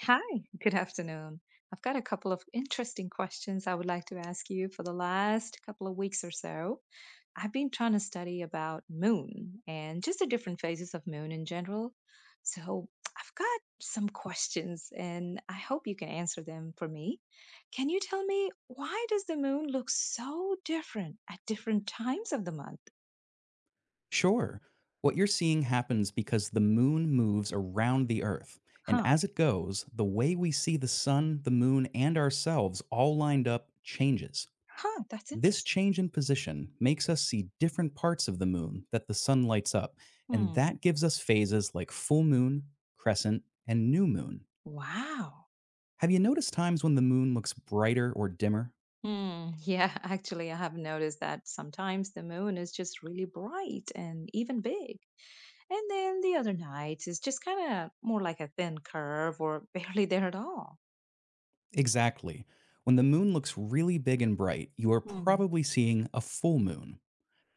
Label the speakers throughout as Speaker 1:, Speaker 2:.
Speaker 1: Hi, good afternoon. I've got a couple of interesting questions I would like to ask you for the last couple of weeks or so. I've been trying to study about moon and just the different phases of moon in general. So, I've got some questions and I hope you can answer them for me. Can you tell me why does the moon look so different at different times of the month?
Speaker 2: Sure. What you're seeing happens because the moon moves around the Earth. And
Speaker 1: Huh.
Speaker 2: as it goes, the way we see the sun, the moon, and ourselves all lined up changes.
Speaker 1: Huh, that's
Speaker 2: This
Speaker 1: interesting.
Speaker 2: change in position makes us see different parts of the moon that the sun lights up. And
Speaker 1: Hmm.
Speaker 2: that gives us phases like full moon, crescent, and new moon.
Speaker 1: Wow.
Speaker 2: Have you noticed times when the moon looks brighter or dimmer?
Speaker 1: Hmm. Yeah, actually, I have noticed that sometimes the moon is just really bright and even big. And then the other night is just kind of more like a thin curve or barely there at all.
Speaker 2: Exactly. When the moon looks really big and bright, you are
Speaker 1: Hmm.
Speaker 2: probably seeing a full moon.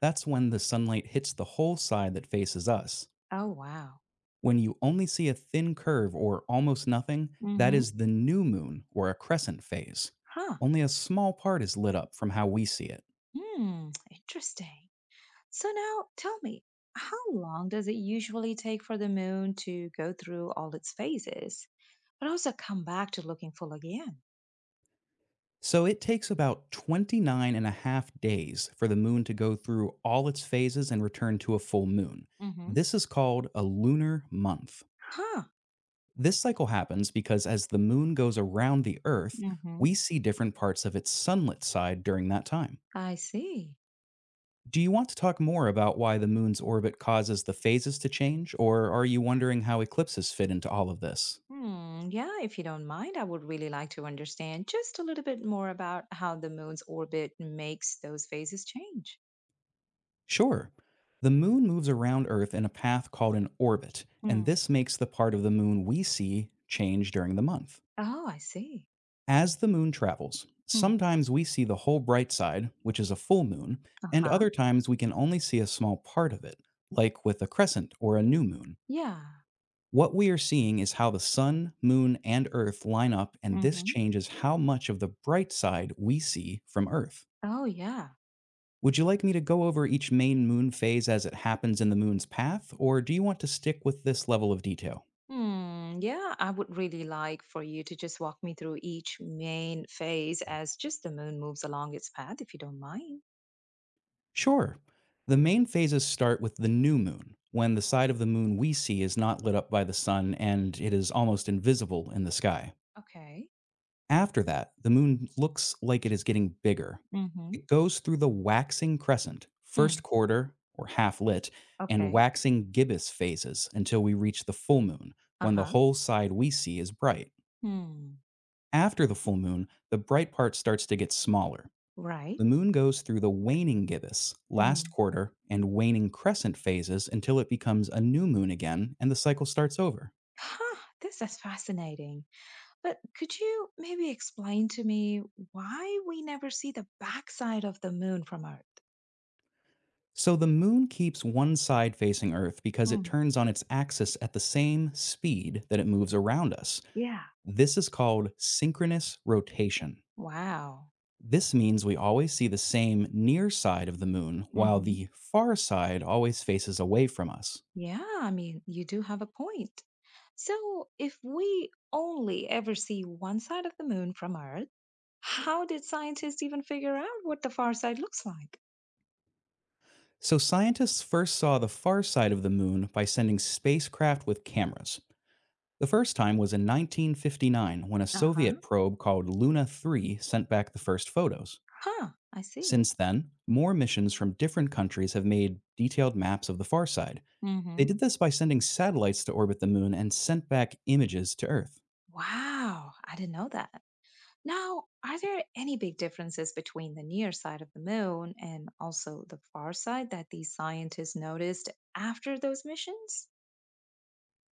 Speaker 2: That's when the sunlight hits the whole side that faces us.
Speaker 1: Oh, wow.
Speaker 2: When you only see a thin curve or almost nothing, that
Speaker 1: Mm-hmm.
Speaker 2: is the new moon or a crescent phase.
Speaker 1: Huh.
Speaker 2: Only a small part is lit up from how we see it.
Speaker 1: Hmm. Interesting. So now tell me, how long does it usually take for the moon to go through all its phases, but also come back to looking full again?
Speaker 2: So it takes about 29 and a half days for the moon to go through all its phases and return to a full moon.
Speaker 1: Mm-hmm.
Speaker 2: This is called a lunar month.
Speaker 1: Huh.
Speaker 2: This cycle happens because as the moon goes around the Earth,
Speaker 1: Mm-hmm.
Speaker 2: we see different parts of its sunlit side during that time.
Speaker 1: I see.
Speaker 2: Do you want to talk more about why the moon's orbit causes the phases to change, or are you wondering how eclipses fit into all of this?
Speaker 1: Hmm, yeah, if you don't mind, I would really like to understand just a little bit more about how the moon's orbit makes those phases change.
Speaker 2: Sure. The moon moves around Earth in a path called an orbit, and
Speaker 1: Hmm.
Speaker 2: this makes the part of the moon we see change during the month.
Speaker 1: Oh, I see.
Speaker 2: As the moon travels,
Speaker 1: Hmm.
Speaker 2: sometimes we see the whole bright side, which is a full moon, and
Speaker 1: Uh-huh.
Speaker 2: other times we can only see a small part of it, like with a crescent or a new moon.
Speaker 1: Yeah.
Speaker 2: What we are seeing is how the sun, moon, and earth line up, and this
Speaker 1: Hmm.
Speaker 2: changes how much of the bright side we see from earth.
Speaker 1: Oh, yeah.
Speaker 2: Would you like me to go over each main moon phase as it happens in the moon's path, or do you want to stick with this level of detail?
Speaker 1: Hmm, yeah, I would really like for you to just walk me through each main phase as just the moon moves along its path, if you don't mind.
Speaker 2: Sure. The main phases start with the new moon, when the side of the moon we see is not lit up by the sun and it is almost invisible in the sky.
Speaker 1: Okay.
Speaker 2: After that, the moon looks like it is getting bigger.
Speaker 1: Mm-hmm.
Speaker 2: It goes through the waxing crescent,
Speaker 1: Hmm. Mm.
Speaker 2: first quarter or half lit, and
Speaker 1: Okay.
Speaker 2: waxing gibbous phases until we reach the full moon, when the
Speaker 1: Uh-huh.
Speaker 2: whole side we see is bright.
Speaker 1: Hmm.
Speaker 2: After the full moon, the bright part starts to get smaller.
Speaker 1: Right.
Speaker 2: The moon goes through the waning gibbous, last
Speaker 1: Hmm.
Speaker 2: quarter, and waning crescent phases until it becomes a new moon again and the cycle starts over.
Speaker 1: Huh, this is fascinating. But could you maybe explain to me why we never see the backside of the moon from Earth?
Speaker 2: So the moon keeps one side facing Earth because it
Speaker 1: Mm,
Speaker 2: turns on its axis at the same speed that it moves around us.
Speaker 1: yeah.
Speaker 2: This is called synchronous rotation.
Speaker 1: Wow.
Speaker 2: This means we always see the same near side of the moon while
Speaker 1: Hmm.
Speaker 2: the far side always faces away from us.
Speaker 1: Yeah, I mean, you do have a point. So, if we only ever see one side of the moon from Earth, how did scientists even figure out what the far side looks like?
Speaker 2: So scientists first saw the far side of the moon by sending spacecraft with cameras. The first time was in 1959 when a
Speaker 1: Uh huh.
Speaker 2: Soviet probe called Luna 3 sent back the first photos.
Speaker 1: Huh, I see.
Speaker 2: Since then, more missions from different countries have made detailed maps of the far side. They
Speaker 1: Hmm.
Speaker 2: did this by sending satellites to orbit the moon and sent back images to Earth.
Speaker 1: Wow, I didn't know that. Now, are there any big differences between the near side of the moon and also the far side that these scientists noticed after those missions?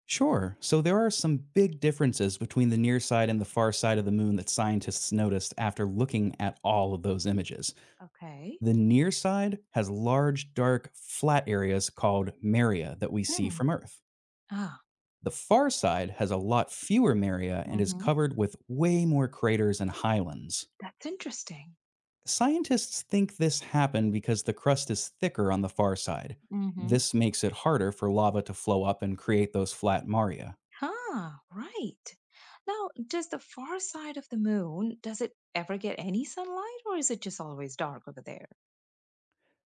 Speaker 2: Sure, so there are some big differences between the near side and the far side of the moon that scientists noticed after looking at all of those images.
Speaker 1: Okay.
Speaker 2: The near side has large, dark, flat areas called maria that we see
Speaker 1: Hmm.
Speaker 2: from Earth.
Speaker 1: Ah.
Speaker 2: The far side has a lot fewer maria and is
Speaker 1: Mm-hmm.
Speaker 2: covered with way more craters and highlands.
Speaker 1: That's interesting.
Speaker 2: Scientists think this happened because the crust is thicker on the far side.
Speaker 1: Mm-hmm.
Speaker 2: This makes it harder for lava to flow up and create those flat maria.
Speaker 1: Huh, right. Now, does the far side of the moon, does it ever get any sunlight or is it just always dark over there?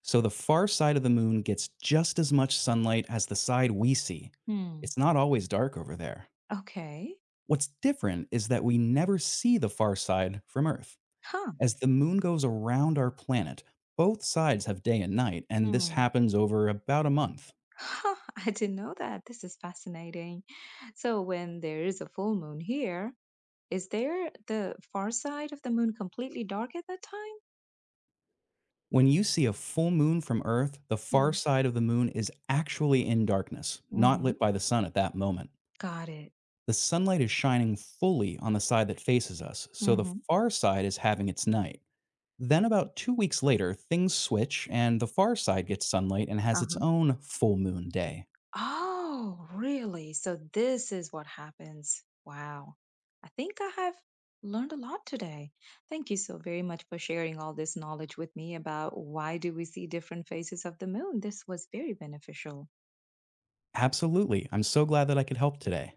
Speaker 2: So the far side of the moon gets just as much sunlight as the side we see.
Speaker 1: Hmm.
Speaker 2: It's not always dark over there.
Speaker 1: Okay.
Speaker 2: What's different is that we never see the far side from Earth.
Speaker 1: Huh.
Speaker 2: As the moon goes around our planet, both sides have day and night, and this happens over about a month.
Speaker 1: Huh, I didn't know that. This is fascinating. So, when there is a full moon here, is there the far side of the moon completely dark at that time?
Speaker 2: When you see a full moon from Earth, the far side of the moon is actually in darkness, not
Speaker 1: Mm-hmm.
Speaker 2: lit by the sun at that moment.
Speaker 1: Got it.
Speaker 2: The sunlight is shining fully on the side that faces us, so the
Speaker 1: Mm-hmm.
Speaker 2: far side is having its night. Then, about 2 weeks later, things switch and the far side gets sunlight and has its
Speaker 1: Uh-huh.
Speaker 2: own full moon day.
Speaker 1: Oh, really? So, this is what happens. Wow. I think I have learned a lot today. Thank you so very much for sharing all this knowledge with me about why do we see different phases of the moon. This was very beneficial.
Speaker 2: Absolutely. I'm so glad that I could help today.